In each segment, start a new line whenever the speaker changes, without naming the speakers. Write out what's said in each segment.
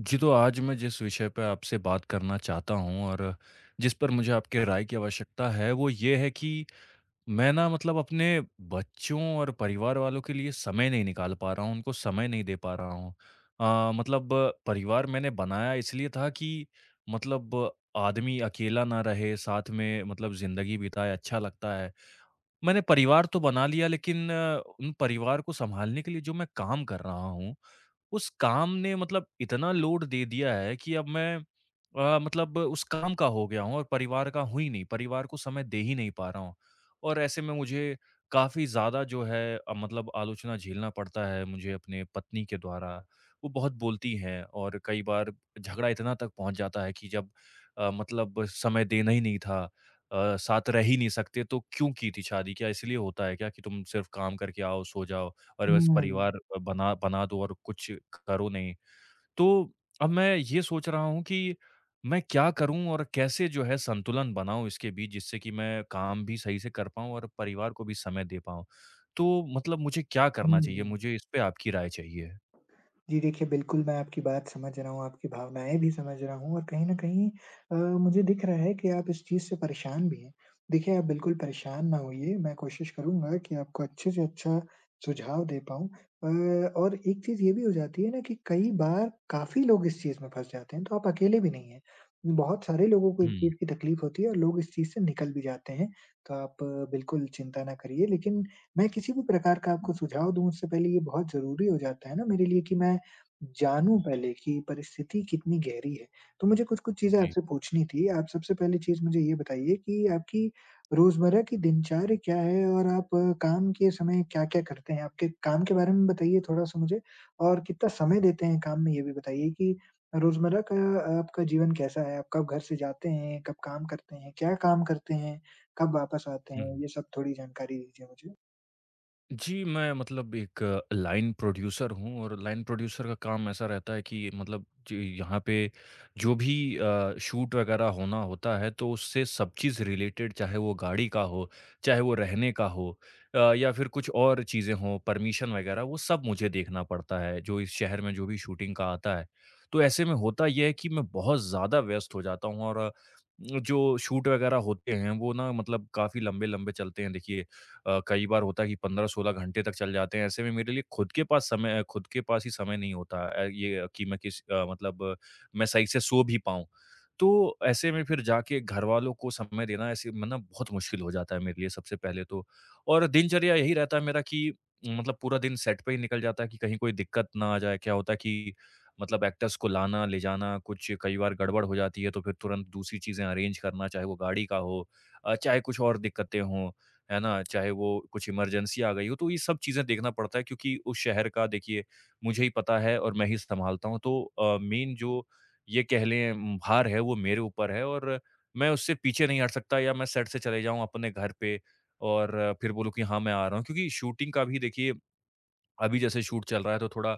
जी, तो आज मैं जिस विषय पे आपसे बात करना चाहता हूँ और जिस पर मुझे आपके राय की आवश्यकता है, वो ये है कि मैं ना मतलब अपने बच्चों और परिवार वालों के लिए समय नहीं निकाल पा रहा हूँ, उनको समय नहीं दे पा रहा हूँ। मतलब परिवार मैंने बनाया इसलिए था कि मतलब आदमी अकेला ना रहे, साथ में मतलब ज़िंदगी बिताए, अच्छा लगता है। मैंने परिवार तो बना लिया लेकिन उन परिवार को सँभालने के लिए जो मैं काम कर रहा हूँ उस काम ने मतलब इतना लोड दे दिया है कि अब मैं मतलब उस काम का हो गया हूँ और परिवार का हूँ ही नहीं, परिवार को समय दे ही नहीं पा रहा हूँ। और ऐसे में मुझे काफ़ी ज़्यादा जो है मतलब आलोचना झेलना पड़ता है मुझे अपने पत्नी के द्वारा। वो बहुत बोलती हैं और कई बार झगड़ा इतना तक पहुँच जाता है कि जब मतलब समय देना ही नहीं था, साथ रह ही नहीं सकते तो क्यों की थी शादी? क्या इसलिए होता है क्या कि तुम सिर्फ़ काम करके आओ, सो जाओ? और बस
हुँ।
परिवार बना बना दो और कुछ करो नहीं। तो अब मैं ये सोच रहा हूँ कि मैं क्या करूँ और कैसे जो है संतुलन बनाऊँ इसके बीच जिससे कि मैं काम भी सही से कर पाऊँ और परिवार को भी समय दे पाऊँ। तो मतलब मुझे क्या करना
हुँ,
चाहिए?
हुँ।
मुझे इस पे आपकी राय चाहिए।
जी देखिए, बिल्कुल मैं आपकी बात समझ रहा हूँ, आपकी भावनाएँ भी समझ रहा हूँ और कहीं न कहीं अ, मुझे दिख रहा है कि आप इस चीज़ से परेशान भी हैं। देखिए, आप बिल्कुल परेशान ना होइए, मैं कोशिश करूँगा कि आपको अच्छे से अच्छा सुझाव दे पाऊँ। और एक चीज़ ये भी हो जाती है ना कि कई बार काफ़ी लोग इस चीज़ में फँस जाते हैं, तो आप अकेले भी नहीं हैं। बहुत सारे लोगों को इस
हुँ,
चीज़ की तकलीफ होती है और लोग इस चीज़ से निकल भी जाते हैं, तो आप बिल्कुल चिंता ना करिए। लेकिन मैं किसी भी प्रकार का आपको सुझाव दूँ उससे पहले ये बहुत ज़रूरी हो जाता है ना मेरे लिए कि मैं जानूँ पहले कि परिस्थिति कितनी गहरी है। तो मुझे कुछ-कुछ चीज़ें
जी।
आपसे पूछनी थी। आप सबसे पहली चीज़ मुझे ये बताइए कि आपकी रोज़मर्रा की दिनचर्या क्या है और आप काम के समय क्या-क्या करते हैं? आपके काम के बारे में बताइए थोड़ा-सा मुझे और कितना समय देते हैं काम में ये भी बताइए कि रोज़मर्रा का आपका जीवन कैसा है? आप कब घर से जाते हैं? कब काम करते हैं? क्या काम करते हैं? कब वापस आते
हुँ।
हैं? ये सब थोड़ी जानकारी दीजिए मुझे।
जी, मैं मतलब एक लाइन प्रोड्यूसर हूँ और लाइन प्रोड्यूसर का काम ऐसा रहता है कि मतलब जी यहाँ पे जो भी शूट वगैरह होना होता है तो उससे सब चीज़ रिलेटेड चाहे वो गाड़ी का हो, चाहे वो रहने का हो, या फिर कुछ और चीज़ें हों, परमिशन वगैरह वो सब मुझे देखना पड़ता है, जो इस शहर में जो भी शूटिंग का आता है। तो ऐसे में होता ये है कि मैं बहुत ज़्यादा व्यस्त हो जाता हूँ और जो शूट वगैरह होते हैं वो ना मतलब काफ़ी लंबे-लंबे चलते हैं देखिए, कई बार होता है कि 15-16 घंटे तक चल जाते हैं। ऐसे में मेरे लिए खुद के पास समय खुद के पास ही समय नहीं होता, ये कि मैं किस मतलब मैं सही से सो भी पाऊँ। तो ऐसे में फिर जाके घरवालों को समय देना ऐसे मतलब बहुत मुश्किल हो जाता है मेरे लिए सबसे पहले तो। और दिनचर्या यही रहता है मेरा कि मतलब पूरा दिन सेट पे ही निकल जाता है कि कहीं कोई दिक्कत ना आ जाए। क्या होता है कि मतलब एक्टर्स को लाना, ले जाना, कुछ कई बार गड़बड़ हो जाती है तो फिर तुरंत दूसरी चीज़ें अरेंज करना, चाहे वो गाड़ी का हो, चाहे कुछ और दिक्कतें हों। है ना? चाहे वो कुछ इमरजेंसी आ गई हो, तो ये सब चीज़ें देखना पड़ता है क्योंकि उस शहर का देखिए मुझे ही पता है और मैं ही सँभालता हूँ। तो मेन जो ये कह लें भार है वो मेरे ऊपर है और मैं उससे पीछे नहीं हट सकता या मैं सेट से चले जाऊँ अपने घर पे और फिर बोलूँ कि हाँ, मैं आ रहा हूँ। क्योंकि शूटिंग का भी देखिए अभी जैसे शूट चल रहा है तो थोड़ा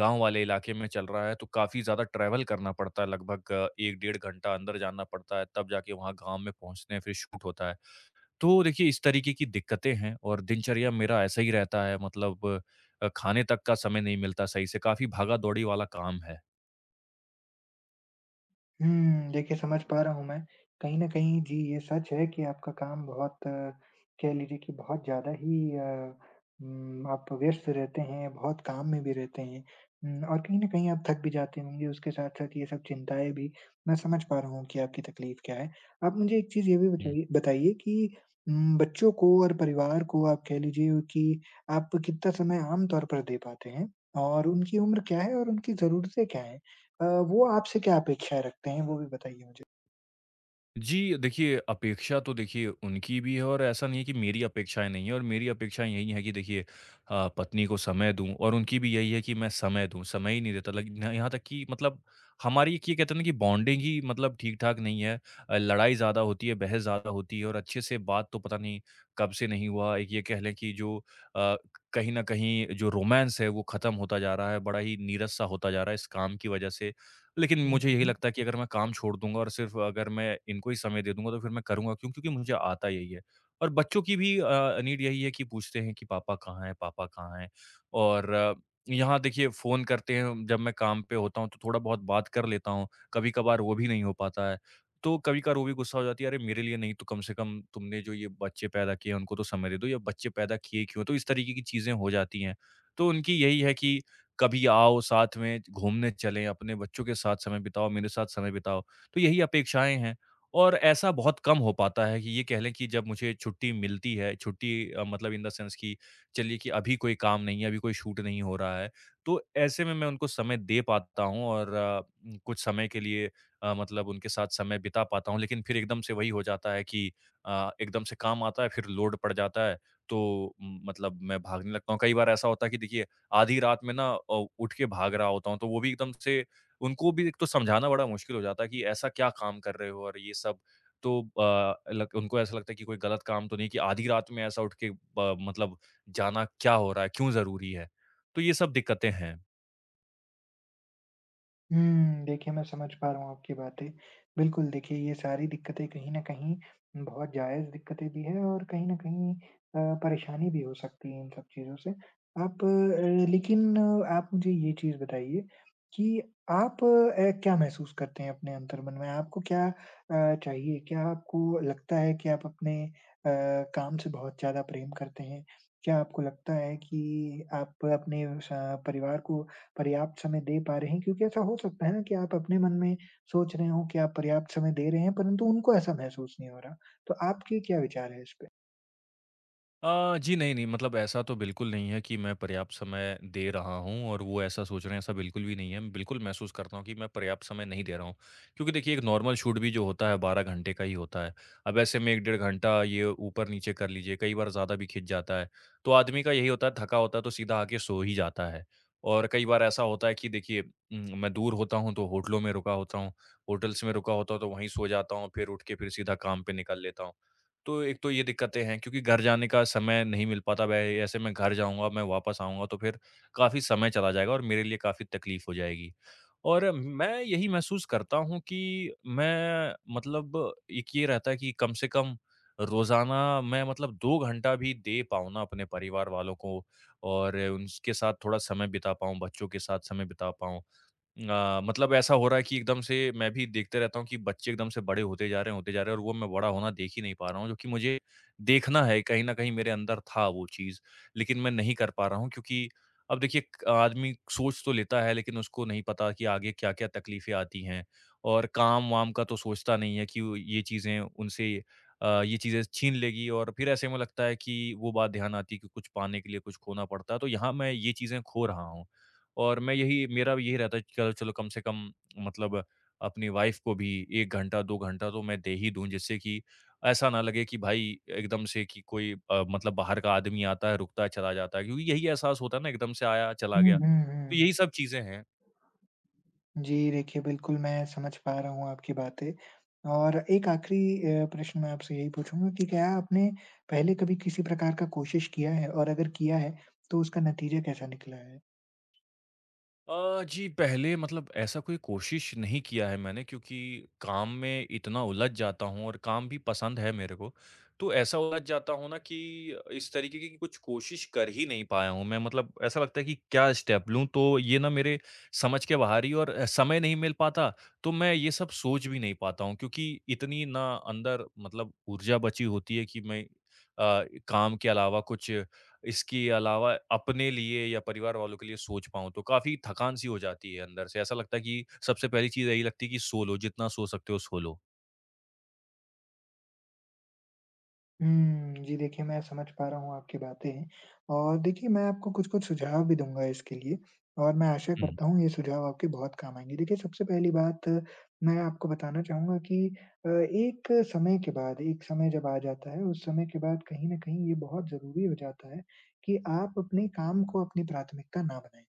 गाँव वाले इलाके में चल रहा है तो काफ़ी ज़्यादा ट्रैवल करना पड़ता है, लगभग 1 डेढ़ घंटा अंदर जाना पड़ता है तब जाके वहाँ गाँव में पहुँचते हैं फिर शूट होता है। तो देखिए इस तरीके की दिक्कतें हैं और दिनचर्या मेरा ऐसा ही रहता है मतलब, खाने तक का समय नहीं मिलता सही से, काफ़ी भागा-दौड़ी वाला काम है।
हुँ, देखिए समझ पा रहा हूँ मैं। कहीं न कहीं जी, ये सच है कि आपका काम बहुत कह लीजिए कि बहुत ज़्यादा ही आप व्यस्त रहते हैं, बहुत काम में भी रहते हैं। और कहीं न कहीं आप थक भी जाते होंगे, उसके साथ-साथ ये सब चिंताएँ भी, मैं समझ पा रहा हूँ कि आपकी तकलीफ़ क्या है। आप मुझे एक चीज़ ये भी बताइए बताइए कि बच्चों को और परिवार को आप कह लीजिए कि आप कितना समय आम तौर पर दे पाते हैं? और उनकी उम्र क्या है और उनकी ज़रूरतें क्या हैं? अ, वो आपसे क्या अपेक्षाएँ रखते हैं, वो भी बताइए मुझे?
जी, देखिए अपेक्षा तो देखिए उनकी भी है और ऐसा नहीं है कि मेरी अपेक्षाएँ नहीं हैं और मेरी अपेक्षाएँ यही हैं कि देखिए, पत्नी को समय दूँ और उनकी भी यही है कि मैं समय दूँ, समय ही नहीं देता, लग न यहाँ तक कि मतलब हमारी एक ये कहते हैं ना कि बॉन्डिंग ही मतलब ठीक-ठाक नहीं है। लड़ाई ज़्यादा होती है, बहस ज़्यादा होती है और अच्छे से बात तो पता नहीं कब से नहीं हुआ। एक ये कह लें कि जो कहीं न कहीं जो रोमांस है वो ख़त्म होता जा रहा है, बड़ा ही नीरस-सा होता जा रहा है इस काम की वज़ह से। लेकिन
हुँ,
मुझे यही
हुँ।
लगता है कि अगर मैं काम छोड़ दूँगा और सिर्फ़ अगर मैं इनको ही समय दे दूँगा, तो फिर मैं करूँगा क्यों? क्योंकि मुझे आता यही है। और बच्चों की भी नीड यही है कि पूछते हैं कि पापा कहाँ हैं, पापा कहाँ हैं? और यहाँ देखिए फ़ोन करते हैं, जब मैं काम पे होता हूँ, तो थोड़ा बहुत बात कर लेता हूँ, कभी-कभार वो भी नहीं हो पाता है। तो कभी-कभार वो भी गुस्सा हो जाती है, "अरे! मेरे लिए नहीं तो कम से कम तुमने जो ये बच्चे पैदा किए हैं, उनको तो समय दे दो या बच्चे पैदा किए क्यों?" तो इस तरीके की चीज़ें हो जाती हैं। तो उनकी यही है कि कभी आओ साथ में घूमने चलें, अपने बच्चों के साथ समय बिताओ, मेरे साथ समय बिताओ। तो यही अपेक्षाएँ हैं और ऐसा बहुत कम हो पाता है कि ये कह लें कि जब मुझे छुट्टी मिलती है, छुट्टी मतलब इन द सेंस कि चलिए कि अभी कोई काम नहीं है, अभी कोई शूट नहीं हो रहा है। तो ऐसे में मैं उनको समय दे पाता हूँ और कुछ समय के लिए, मतलब उनके साथ समय बिता पाता हूँ। लेकिन फिर एकदम से वही हो जाता है कि एकदम से काम आता है, फिर लोड पड़ जाता है, तो मतलब मैं भागने लगता हूँ। कई बार ऐसा होता है कि देखिए आधी रात में ना उठ के भाग रहा होता हूँ, तो वो भी एकदम से उनको भी एक तो समझाना बड़ा मुश्किल हो जाता है कि ऐसा क्या काम कर रहे हो और ये सब। तो अ, लग उनको ऐसा लगता है कि कोई गलत काम तो नहीं कि आधी रात में ऐसा उठ के ब मतलब जाना क्या हो रहा है, क्यों ज़रूरी है? तो ये सब दिक्कतें हैं।
हुँ, देखिए मैं समझ पा रहा हूँ आपकी बातें। बिल्कुल देखिए ये सारी दिक्कतें कहीं न कहीं बहुत जायज़ दिक्कतें भी हैं और कहीं न कहीं परेशानी भी हो सकती है इन सब चीज़ों से। लेकिन आप मुझे ये चीज़ बताइए कि आप क्या महसूस करते हैं अपने अंतर्मन में? आपको क्या चाहिए? क्या आपको लगता है कि आप अपने काम से बहुत ज़्यादा प्रेम करते हैं? क्या आपको लगता है कि आप अपने स परिवार को पर्याप्त समय दे पा रहे हैं क्योंकि ऐसा हो सकता है ना कि आप अपने मन में सोच रहे हो कि आप पर्याप्त समय दे रहे हैं, परंतु उनको ऐसा महसूस नहीं हो रहा। तो आपके क्या विचार है इस पे?
जी नहीं, नहीं मतलब ऐसा तो बिल्कुल नहीं है कि मैं पर्याप्त समय दे रहा हूँ और वो ऐसा सोच रहे हैं, ऐसा बिल्कुल भी नहीं है। मैं बिल्कुल महसूस करता हूँ कि मैं पर्याप्त समय नहीं दे रहा हूँ। क्योंकि देखिए एक नॉर्मल शूट भी जो होता है 12 घंटे का ही होता है। अब ऐसे में 1 डेढ़ घंटा ये ऊपर-नीचे कर लीजिए, कई बार ज़्यादा भी खिंच जाता है। तो आदमी का यही होता है, थका होता है तो सीधा आके सो ही जाता है। और कई बार ऐसा होता है कि देखिए मैं दूर होता हूँ तो होटलों में रुका होता हूँ, होटल्स में रुका होता हूँ तो वहीं सो जाता हूँ, फिर उठ के फिर सीधा काम पे निकल लेता हूँ। तो एक तो ये दिक्कतें हैं क्योंकि घर जाने का समय नहीं मिल पाता, वै ऐसे मैं घर जाऊँगा, मैं वापस आऊँगा तो फिर काफ़ी समय चला जाएगा और मेरे लिए काफ़ी तकलीफ़ हो जाएगी। और मैं यही महसूस करता हूँ कि मैं मतलब एक ये रहता है कि कम से कम रोज़ाना मैं मतलब 2 घंटा भी दे पाऊँ ना अपने परिवार वालों को और उनके साथ थोड़ा समय बिता पाऊँ, बच्चों के साथ समय बिता पाऊँ। मतलब ऐसा हो रहा है कि एकदम से मैं भी देखते रहता हूँ कि बच्चे एकदम से बड़े होते जा रहे हैं, होते जा रहे हैं और वो मैं बड़ा होना देख ही नहीं पा रहा हूँ जो कि मुझे देखना है, कहीं ना कहीं मेरे अंदर था वो चीज़, लेकिन मैं नहीं कर पा रहा हूँ क्योंकि अब देखिए आदमी सोच तो लेता है लेकिन उसको नहीं पता कि आगे क्या क्या तकलीफें आती हैं और काम वाम का तो सोचता नहीं है कि वो ये चीज़ें उनसे, ये चीज़ें छीन लेगी और फिर ऐसे में लगता है कि वो बात ध्यान आती है कि कुछ पाने के लिए कुछ खोना पड़ता है, तो यहाँ मैं ये चीज़ें खो रहा हूँ और मैं यही, मेरा भी यही रहता है कि चलो चलो कम से कम मतलब अपनी वाइफ़ को भी 1 घंटा 2 घंटा तो मैं दे ही दूँ जिससे कि ऐसा ना लगे कि भाई एकदम से, कि कोई मतलब बाहर का आदमी आता है, रुकता है, चला जाता है। क्योंकि यही एहसास होता है ना, एकदम से आया, चला
हुँ,
गया।
हुँ,
तो
हुँ।
यही सब चीज़ें हैं।
जी, देखिए बिल्कुल मैं समझ पा रहा हूँ आपकी बातें और एक आखिरी प्रश्न मैं आपसे यही पूछूँगा कि क्या आपने पहले कभी किसी प्रकार का कोशिश किया है? और अगर किया है, तो उसका नतीजा कैसा निकला है?
जी, पहले मतलब ऐसा कोई कोशिश नहीं किया है मैंने क्योंकि काम में इतना उलझ जाता हूँ और काम भी पसंद है मेरे को, तो ऐसा उलझ जाता हूँ ना कि इस तरीके की कुछ कोशिश कर ही नहीं पाया हूँ मैं। मतलब ऐसा लगता है कि क्या स्टेप लूँ, तो ये ना मेरे समझ के बाहर ही, और समय नहीं मिल पाता, तो मैं ये सब सोच भी नहीं पाता हूँ क्योंकि इतनी ना अंदर मतलब ऊर्जा बची होती है कि मैं काम के अलावा कुछ, इसके अलावा अपने लिए या परिवार वालों के लिए सोच पाऊँ, तो काफ़ी थकान-सी हो जाती है अंदर से। ऐसा लगता है कि सबसे पहली चीज़ यही लगती है कि सो लो, जितना सो सकते हो सो लो।
हुँ, जी देखिए मैं समझ पा रहा हूँ आपकी बातें और देखिए मैं आपको कुछ-कुछ सुझाव भी दूँगा इसके लिए और मैं आशा
हुँ।
करता हूँ ये सुझाव आपके बहुत काम आएँगे। देखिए सबसे पहली बात मैं आपको बताना चाहूँगा कि एक समय के बाद एक समय जब आ जाता है उस समय के बाद कहीं न कहीं ये बहुत ज़रूरी हो जाता है कि आप अपने काम को अपनी प्राथमिकता ना बनाएँ।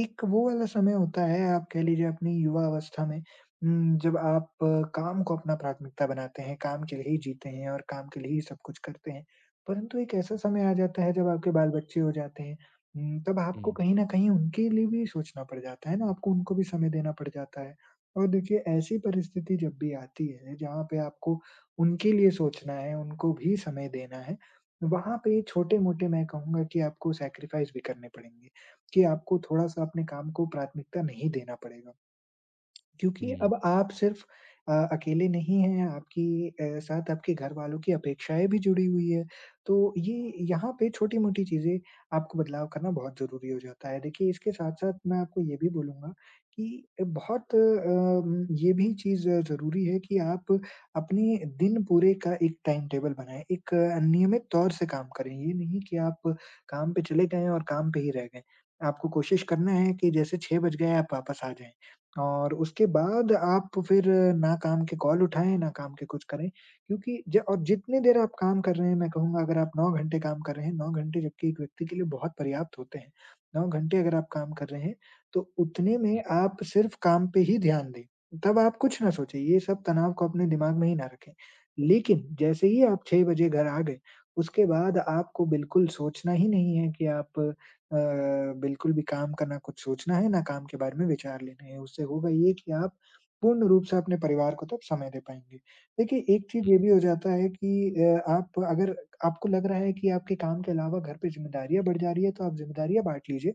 एक वो वाला समय होता है आप कह लीजिए अपनी युवा अवस्था में जब आप काम को अपना प्राथमिकता बनाते हैं, काम के लिए ही जीते हैं और काम के लिए ही सब कुछ करते हैं, परंतु एक ऐसा समय आ जाता है जब आपके बाल-बच्चे हो जाते हैं, तब आपको
हुँ,
कहीं न कहीं उनके लिए भी सोचना पड़ जाता है ना, आपको उनको भी समय देना पड़ जाता है। और देखिए ऐसी परिस्थिति जब भी आती है, जहाँ पे आपको उनके लिए सोचना है, उनको भी समय देना है, वहाँ पे छोटे-मोटे मैं कहूँगा कि आपको सैक्रिफ़ाइस भी करने पड़ेंगे, कि आपको थोड़ा-सा अपने काम को प्राथमिकता नहीं देना पड़ेगा। क्योंकि
हुँ,
अब आप सिर्फ अकेले नहीं हैं, आपकी साथ आपके घरवालों की अपेक्षाएँ भी जुड़ी हुई हैं। तो ये यहाँ पे छोटी-मोटी चीज़ें आपको बदलाव करना बहुत ज़रूरी हो जाता है। देखिए, इसके साथ-साथ मैं आपको ये भी बोलूँगा कि बहुत ये भी चीज़ ज़रूरी है कि आप अपने दिन पूरे का एक टाइम टेबल बनाएँ, एक नियमित तौर से काम करें। ये नहीं कि आप काम पे चले गए और काम पे ही रह गए। आपको कोशिश करना है कि जैसे 6 बज गए, आप वापस आ जाएँ। और उसके बाद आप फिर ना काम के कॉल उठाएँ, ना काम के कुछ करें, क्योंकि ज और जितनी देर आप काम कर रहे हैं, मैं कहूँगा अगर आप 9 घंटे काम कर रहे हैं, 9 घंटे जबकि एक व्यक्ति के लिए बहुत पर्याप्त होते हैं। 9 घंटे अगर आप काम कर रहे हैं, तो उतने में
हुँ।
आप सिर्फ काम पे ही ध्यान दें, तब आप कुछ ना सोचें, ये सब तनाव को अपने दिमाग में ही ना रखें। लेकिन जैसे ही आप 6 बजे घर आ गए, उसके बाद आपको बिल्कुल सोचना ही नहीं है कि आप अ, बिल्कुल भी काम का ना कुछ सोचना है, ना काम के बारे में विचार लेने हैं। उससे होगा ये कि आप पूर्ण रूप से अपने परिवार को तब समय दे पाएँगे। देखिए, एक चीज़ ये भी हो जाता है कि अ, आप अगर आपको लग रहा है कि आपके काम के अलावा घर पे ज़िम्मेदारियाँ बढ़ जा रही है, तो आप ज़िम्मेदारियाँ बाँट लीजिए।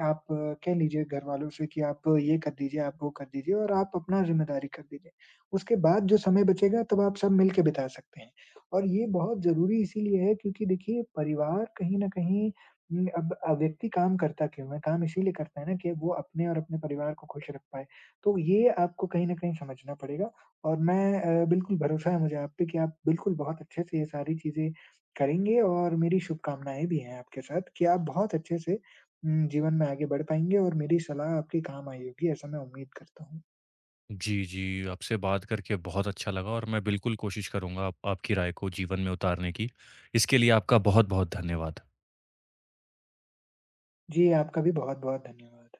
आप कह लीजिए घरवालों से कि आप ये कर दीजिए, आप वो कर दीजिए और आप अपना ज़िम्मेदारी कर दीजिए। उसके बाद जो समय बचेगा तब आप सब मिल के बिता सकते हैं और ये बहुत ज़रूरी इसीलिए है क्योंकि देखिए परिवार कहीं न कहीं अब व्यक्ति काम करता क्यों है? काम इसीलिए करता है ना कि वो अपने और अपने परिवार को खुश रख पाए। तो ये आपको कहीं न कहीं समझना पड़ेगा और मैं बिल्कुल भरोसा है मुझे आप पे कि आप बिल्कुल बहुत अच्छे से ये सारी चीज़ें करेंगे और मेरी शुभकामनाएँ भी हैं आपके साथ कि आप बहुत अच्छे से जीवन में आगे बढ़ पाएँगे और मेरी सलाह आपके काम आई होगी, ऐसा मैं उम्मीद करता हूँ।
जी, जी, आपसे बात करके बहुत अच्छा लगा और मैं बिल्कुल कोशिश करूँगा आप आपकी राय को जीवन में उतारने की। इसके लिए आपका बहुत-बहुत धन्यवाद।
जी, आपका भी बहुत-बहुत धन्यवाद।